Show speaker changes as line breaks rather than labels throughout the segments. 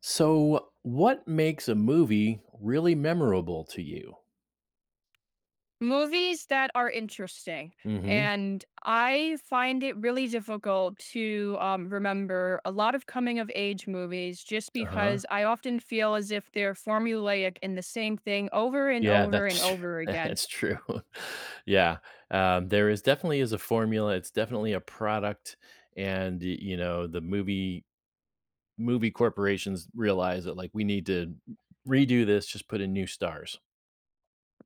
So, what makes a movie really memorable to you?
Movies that are interesting,
hmm
and I find it really difficult to, remember a lot of coming of age movies just
Uh-huh.
because I often feel as if they're formulaic in the same thing over and
Yeah,
over and
that's tr-
over again.
that's true. yeah, there is definitely is a formula. It's definitely a product, and you know the movie corporations realize that like we need to redo this. Just put in new stars.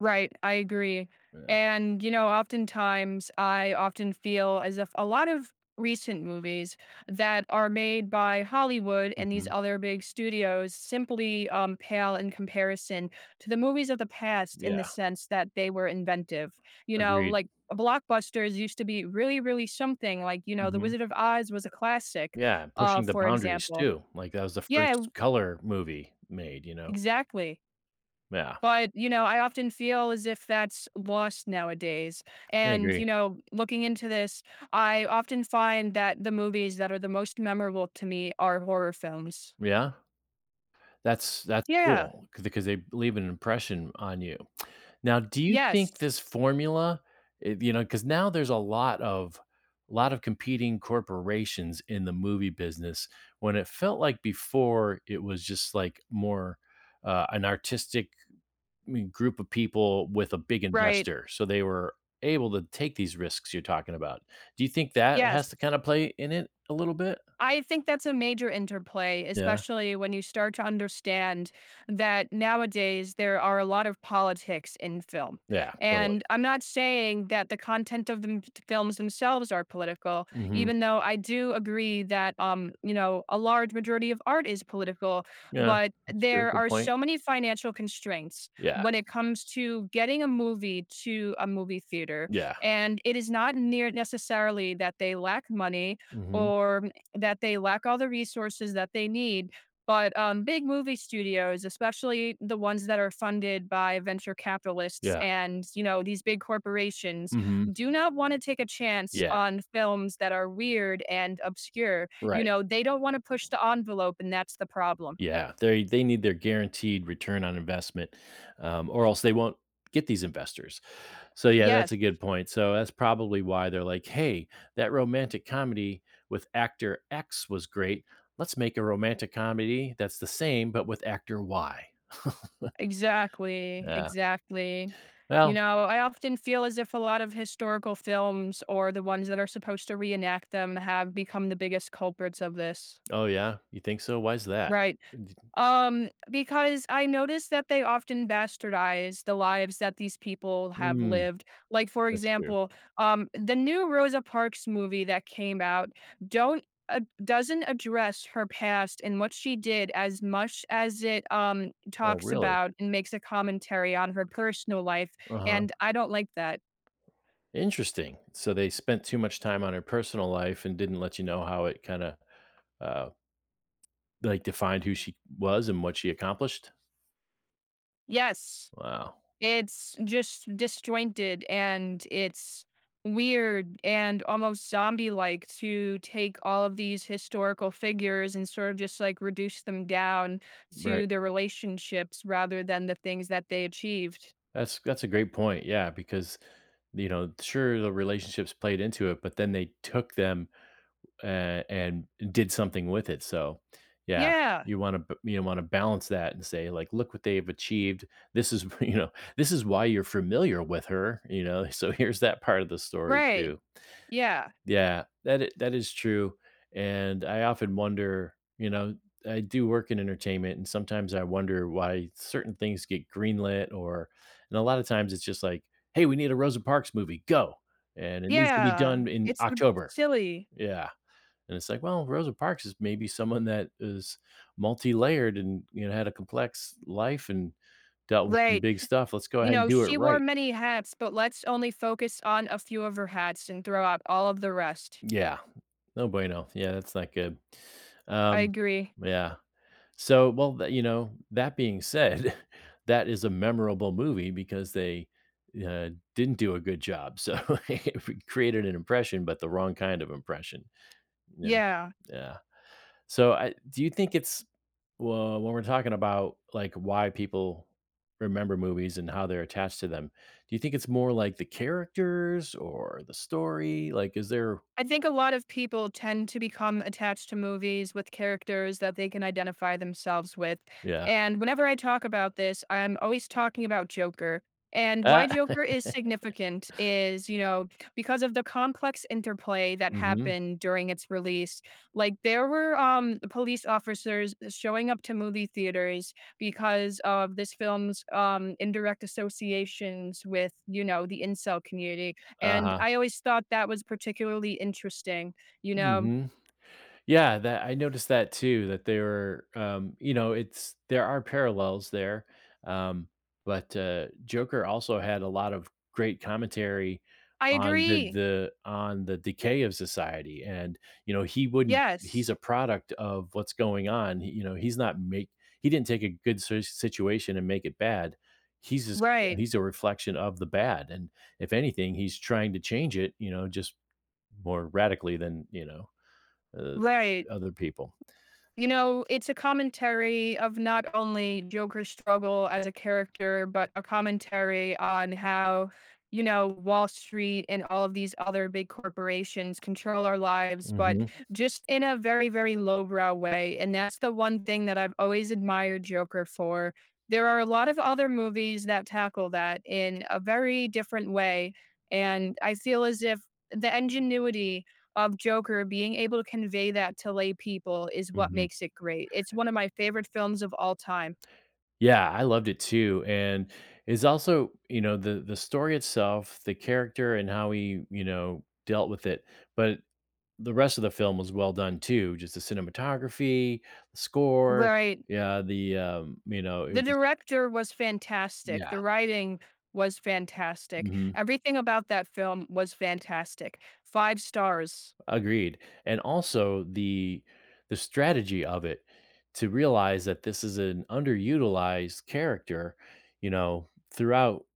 Right, I agree.
Yeah.
And, you know, oftentimes I often feel as if a lot of recent movies that are made by Hollywood and these
hmm
other big studios simply pale in comparison to the movies of the past in the
Yeah.
sense that they were inventive. You know,
Agreed.
like blockbusters used to be really, really something. Like, you know, The
hmm
Wizard of Oz was a classic,
Yeah, pushing the
for
boundaries
example.
too. Like that was the
Yeah,
first color movie made. You know.
exactly.
Yeah,
But, you know, I often feel as if that's lost nowadays.
I
And,
agree.
you know, looking into this, I often find that the movies that are the most memorable to me are horror films.
Yeah. That's
Yeah.
cool because they leave an impression on you. Now, do you
Yes.
think this formula, you know, because now there's a lot of competing corporations in the movie business. When it felt like before, it was just like more an artistic, I mean, group of people with a big
Right.
investor, so they were able to take these risks you're talking about. Do you think that
Yes.
has to kind of play in it a little bit?
I think that's a major interplay,
Yeah,
especially when you start to understand that nowadays there are a lot of politics in film.
yeah, totally.
And I'm not saying that the content of the films themselves are political,
hmm
even though I do agree that, you know, a large majority of art is political.
Yeah,
But
that's true.
there
Good
are
point.
so many financial constraints
Yeah.
when it comes to getting a movie to a movie theater.
Yeah.
And it is not near necessarily that they lack money
Mhm.
or that they lack all the resources that they need. But big movie studios, especially the ones that are funded by venture capitalists
Yeah.
and you know these big corporations,
Mhm.
do not want to take a chance
Yeah.
on films that are weird and obscure. You
Right.
know they don't want to push the envelope, and that's the problem.
Yeah. They need their guaranteed return on investment, or else they won't get these investors. So yeah, that's
Yes,
a good point. So that's probably why they're like, "Hey, that romantic comedy with actor X was great. Let's make a romantic comedy that's the same, but with actor Y."
exactly,
Yeah.
exactly. You
Well,
know, I often feel as if a lot of historical films or the ones that are supposed to reenact them have become the biggest culprits of this.
oh yeah, you think so? Why's that?
Right. Because I noticed that they often bastardize the lives that these people have
Mm,
lived. Like, for
that's true.
example, the new Rosa Parks movie that came out don't doesn't address her past and what she did as much as it
Oh,
talks
really?
about and makes a commentary on her personal life,
Uh-huh.
and I don't like that.
Interesting. So they spent too much time on her personal life and didn't let you know how it kinda, uh, like, defined who she was and what she accomplished?
Yes.
Wow.
It's just disjointed and it's weird and almost zombie like to take all of these historical figures and sort of just like reduce them down
Right.
to their relationships rather than the things that they achieved.
That's a great point, yeah, because, you know, sure, the relationships played into it, but then they took them, and did something with it, so, yeah,
Yeah,
you wanna you wanna balance that and say, like, "Look what they've achieved. This is" you know, "This is why you're familiar with her," you know? So here's that part of the story
right.
too.
Yeah,
Yeah, that is true, and I often wonder, you know, I do work in entertainment, and sometimes I wonder why certain things get greenlit, or and a lot of times it's just like, "Hey, we need a Rosa Parks movie, go," and it needs to be
yeah.
done in
It's
October.
silly.
Yeah, and it's like, well, Rosa Parks is maybe someone that is multi-layered and, you know, had a complex life and dealt with some
Right.
big stuff. Let's go
You
ahead and
know,
do it
she wore
right.
many hats, but let's only focus on a few of her hats and throw out all of the rest.
Yeah, no bueno. Yeah, that's not good.
I
Um,
agree.
yeah. So, well, th you know, that being said, that is a memorable movie because they, didn't do a good job. So, it created an impression, but the wrong kind of impression. Yeah.
Yeah.
Yeah. So, I do you think it's, well, when we're talking about, like, why people remember movies and how they're attached to them, do you think it's more like the characters or the story? Like, is there?
I think a lot of people tend to become attached to movies with characters that they can identify themselves with.
Yeah.
And whenever I talk about this, I'm always talking about Joker. And
Uh
why Joker is significant is, you know, because of the complex interplay that
Mhm.
happened during its release. Like there were police officers showing up to movie theaters because of this film's indirect associations with, you know, the incel community and
Uh-huh.
I always thought that was particularly interesting, you know?
Mhm. Yeah, that I noticed that too, that they were, you know, it's there are parallels there. Um, but Joker also had a lot of great commentary
I
on
agree.
the on the decay of society. And, you know, he wouldn't he's
Yes.
a product of what's going on. You know, he's not make he didn't take a good situation and make it bad. He's just,
Right.
he's a reflection of the bad. And if anything, he's trying to change it, you know, just more radically than, you know, uh,
Right.
other people.
You know, it's a commentary of not only Joker's struggle as a character, but a commentary on how, you know, Wall Street and all of these other big corporations control our lives, but
Mhm,
just in a very, very lowbrow way. And that's the one thing that I've always admired Joker for. There are a lot of other movies that tackle that in a very different way. And I feel as if the ingenuity of Joker being able to convey that to lay people is what
mhm.
makes it great. It's one of my favorite films of all time.
Yeah, I loved it too, and it's also, you know, the story itself, the character and how he, you know, dealt with it, but the rest of the film was well done too, just the cinematography, the score,
Right.
yeah, you know,
The
it was.
director was fantastic.
yeah,
The writing was fantastic.
mhm.
Everything about that film was fantastic. 5 stars.
Agreed. And also the strategy of it, to realize that this is an underutilized character, you know, throughout,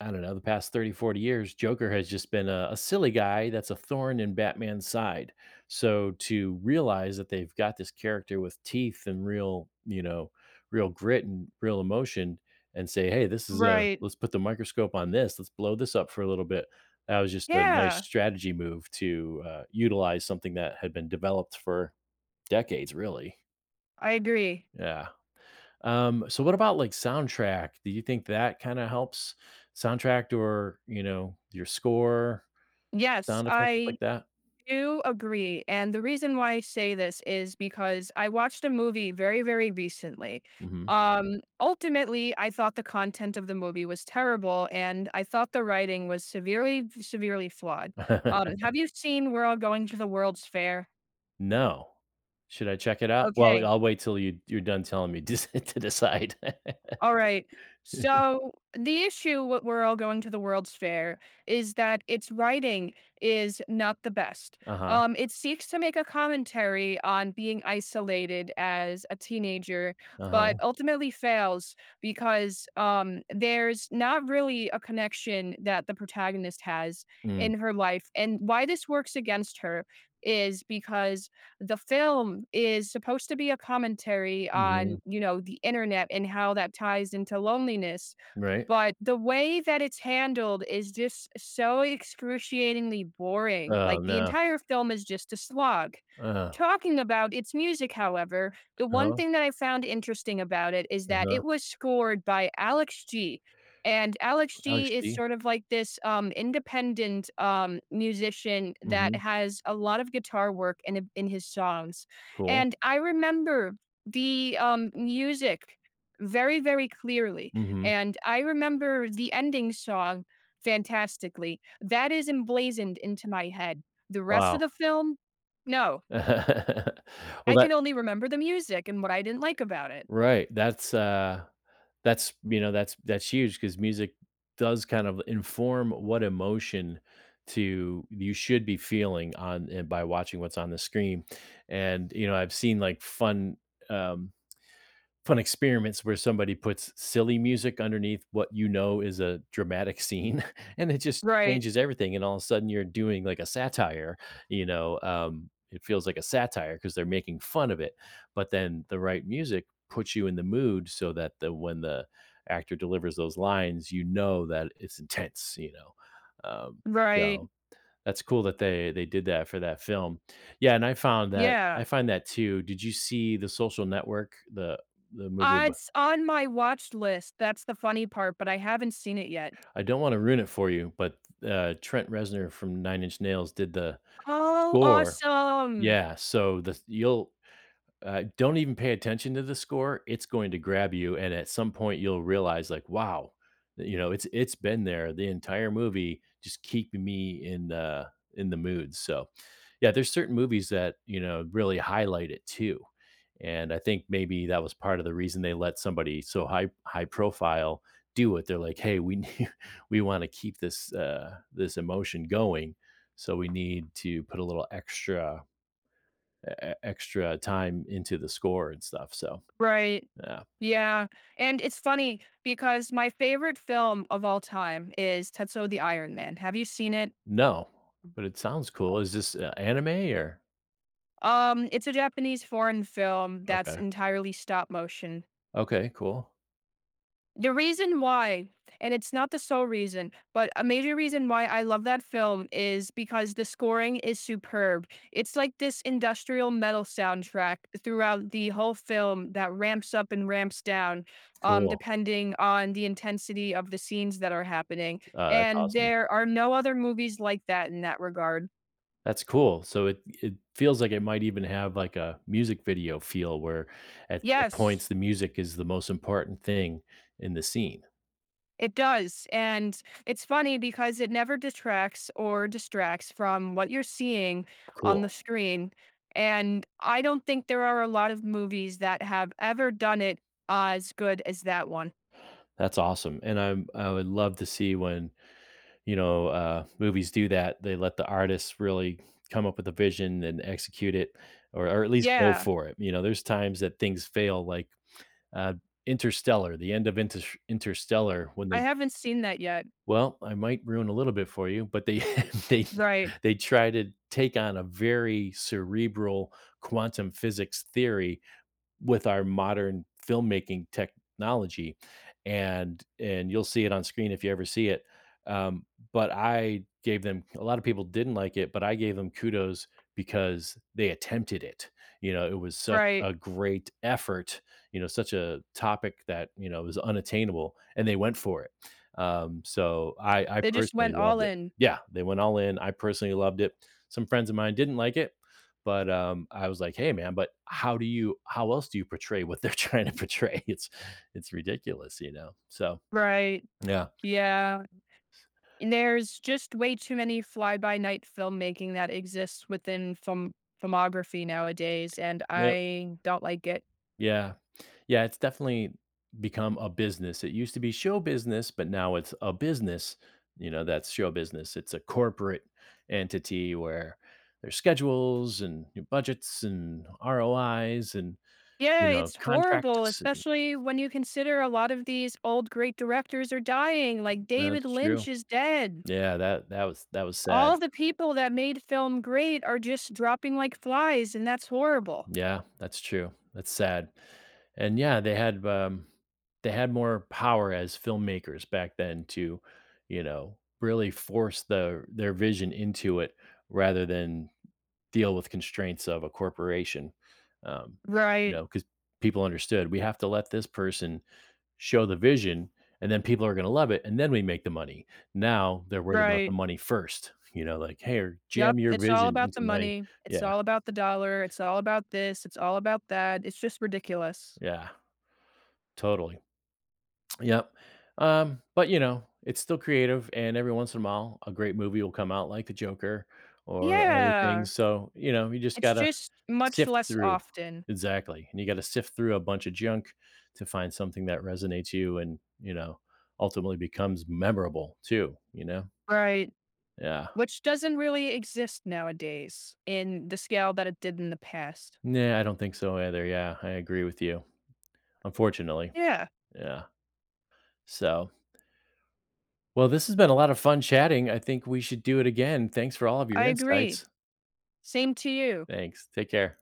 I don't know, the past 30, 40 years, Joker has just been a silly guy that's a thorn in Batman's side. So to realize that they've got this character with teeth and real, you know, real grit and real emotion and say, hey, this is a,
Right.
let's put the microscope on this, let's blow this up for a little bit. That was just a nice
Yeah,
strategy move to utilize something that had been developed for decades, really.
I agree.
Yeah. So what about like soundtrack? Do you think that kind of helps soundtrack, or, you know, your score,
Yes,
sound effects stuff
I
like that?
do agree. And the reason why I say this is because I watched a movie very, very recently.
Mhm.
Ultimately, I thought the content of the movie was terrible and I thought the writing was severely, severely flawed. Have you seen We're All Going to the World's Fair?
No. Should I check it out? Well,
Okay.
I'll wait till you're done telling me to decide.
All right. So the issue what we're all going to the World's Fair is that its writing is not the best.
Uh-huh,
It seeks to make a commentary on being isolated as a teenager, but
uh-huh.
ultimately fails because there's not really a connection that the protagonist has
Mm,
in her life. And why this works against her is because the film is supposed to be a commentary
mhm,
on, you know, the internet and how that ties into loneliness
right.
but the way that it's handled is just so excruciatingly boring.
Oh,
Like, the
no.
entire film is just a slog.
Uh,
Talking about its music, however, the one
uh-huh,
thing that I found interesting about it is that
uh-huh.
it was scored by Alex G. And Alex
Alex
G is
G.
sort of like this independent musician that
Mhm,
has a lot of guitar work in his songs.
cool.
And I remember the music very, very clearly.
Mhm,
And I remember the ending song fantastically. That is emblazoned into my head. The rest of
wow.
the film, no.
Well,
I can
that
only remember the music and what I didn't like about it.
right, that's, you know, that's huge because music does kind of inform what emotion to you should be feeling on and by watching what's on the screen, and, you know, I've seen, like, um fun experiments where somebody puts silly music underneath what you know is a dramatic scene, and it just
Right,
changes everything, and all of a sudden you're doing, like, a satire, you know, it feels like a satire because 'cause they're making fun of it, but then the right music puts you in the mood so that the when the actor delivers those lines, you know that it's intense, um,
right.
so that's cool that they did that for that film. Yeah, and
Yeah.
I find that too. Did you see The Social Network, the movie?
It's on my watch list. That's the funny part, but I haven't seen it yet.
I don't want to ruin it for you, but Trent Reznor from Nine Inch Nails did the
Oh,
score.
awesome.
Yeah, so the you'll don't even pay attention to the score. It's going to grab you, and at some point, you'll realize, like, wow, you know, it's been there the entire movie, just keeping me in the mood. So, yeah, there's certain movies that you know really highlight it too, and I think maybe that was part of the reason they let somebody so high profile do it. They're like, hey, we need, we want to keep this this emotion going, so we need to put a little extra extra time into the score and stuff. So,
Right.
yeah.
Yeah. And it's funny because my favorite film of all time is Tetsuo the Iron Man. Have you seen it?
No, but it sounds cool. Is this, anime or?
It's a Japanese foreign film that's
Okay.
entirely stop motion.
Okay, cool.
The reason why, and it's not the sole reason, but a major reason why I love that film is because the scoring is superb. It's like this industrial metal soundtrack throughout the whole film that ramps up and ramps down,
Cool.
depending on the intensity of the scenes that are happening.
That's
And
awesome.
there are no other movies like that in that regard.
That's cool. So it feels like it might even have, like, a music video feel where at
Yes,
points the music is the most important thing in the scene.
it does, and it's funny because it never detracts or distracts from what you're seeing on the
Cool.
screen, and I don't think there are a lot of movies that have ever done it as good as that one.
That's awesome, and I would love to see when, you know, movies do that. They let the artists really come up with a vision and execute it, or at least go
Yeah,
for it. You know, there's times that things fail, like uh, Interstellar, the end of Interstellar, when
I
they,
haven't seen that yet.
well, I might ruin a little bit for you, but they they
Right,
they try to take on a very cerebral quantum physics theory with our modern filmmaking technology, and you'll see it on screen if you ever see it. Um, but I gave them, a lot of people didn't like it, but I gave them kudos because they attempted it. You know, it was such
right.
a great effort. You know, such a topic that you know was unattainable, and they went for it. So I
They just
personally
went
loved
all
it.
in.
Yeah, they went all in. I personally loved it. Some friends of mine didn't like it, but I was like, "Hey, man, but how do you? How else do you portray what they're trying to portray? It's ridiculous, you know." So
Right,
yeah,
yeah, and there's just way too many fly-by-night filmmaking that exists within film filmography nowadays, and
yep,
I don't like it.
yeah, yeah. It's definitely become a business. It used to be show business, but now it's a business. You know, that's show business. It's a corporate entity where there's schedules and budgets and ROIs and you
Yeah,
know
it's horrible,
contracts.
especially when you consider a lot of these old great directors are dying, like David
That's true.
Lynch is dead.
Yeah, that that was
All
sad.
the people that made film great are just dropping like flies, and that's horrible.
Yeah, that's true. That's sad. And yeah, they had more power as filmmakers back then to, you know, really force their vision into it rather than deal with constraints of a corporation. Um, you
Right,
know, because people understood we have to let this person show the vision and then people are going to love it and then we make the money. Now they're worried about the
right.
money first, you know, like, hey, jam
Yep,
your
it's all
vision
about the
into my,
money.
yeah,
It's all about the dollar. It's all about this. It's all about that. It's just ridiculous.
yeah, totally. Yep. But you know, it's still creative and every once in a while a great movie will come out like The Joker or other
Yeah,
things. So, you know, you just
it's
gotta
just much
sift
less
through.
often.
Exactly. And you gotta sift through a bunch of junk to find something that resonates you and, you know, ultimately becomes memorable too, you know?
Right.
Yeah.
Which doesn't really exist nowadays in the scale that it did in the past.
Nah, I don't think so either. Yeah, I agree with you. Unfortunately.
Yeah,
Yeah. So, well, this has been a lot of fun chatting. I think we should do it again. Thanks for all of your
I
insights.
agree. Same to you.
Thanks. Take care.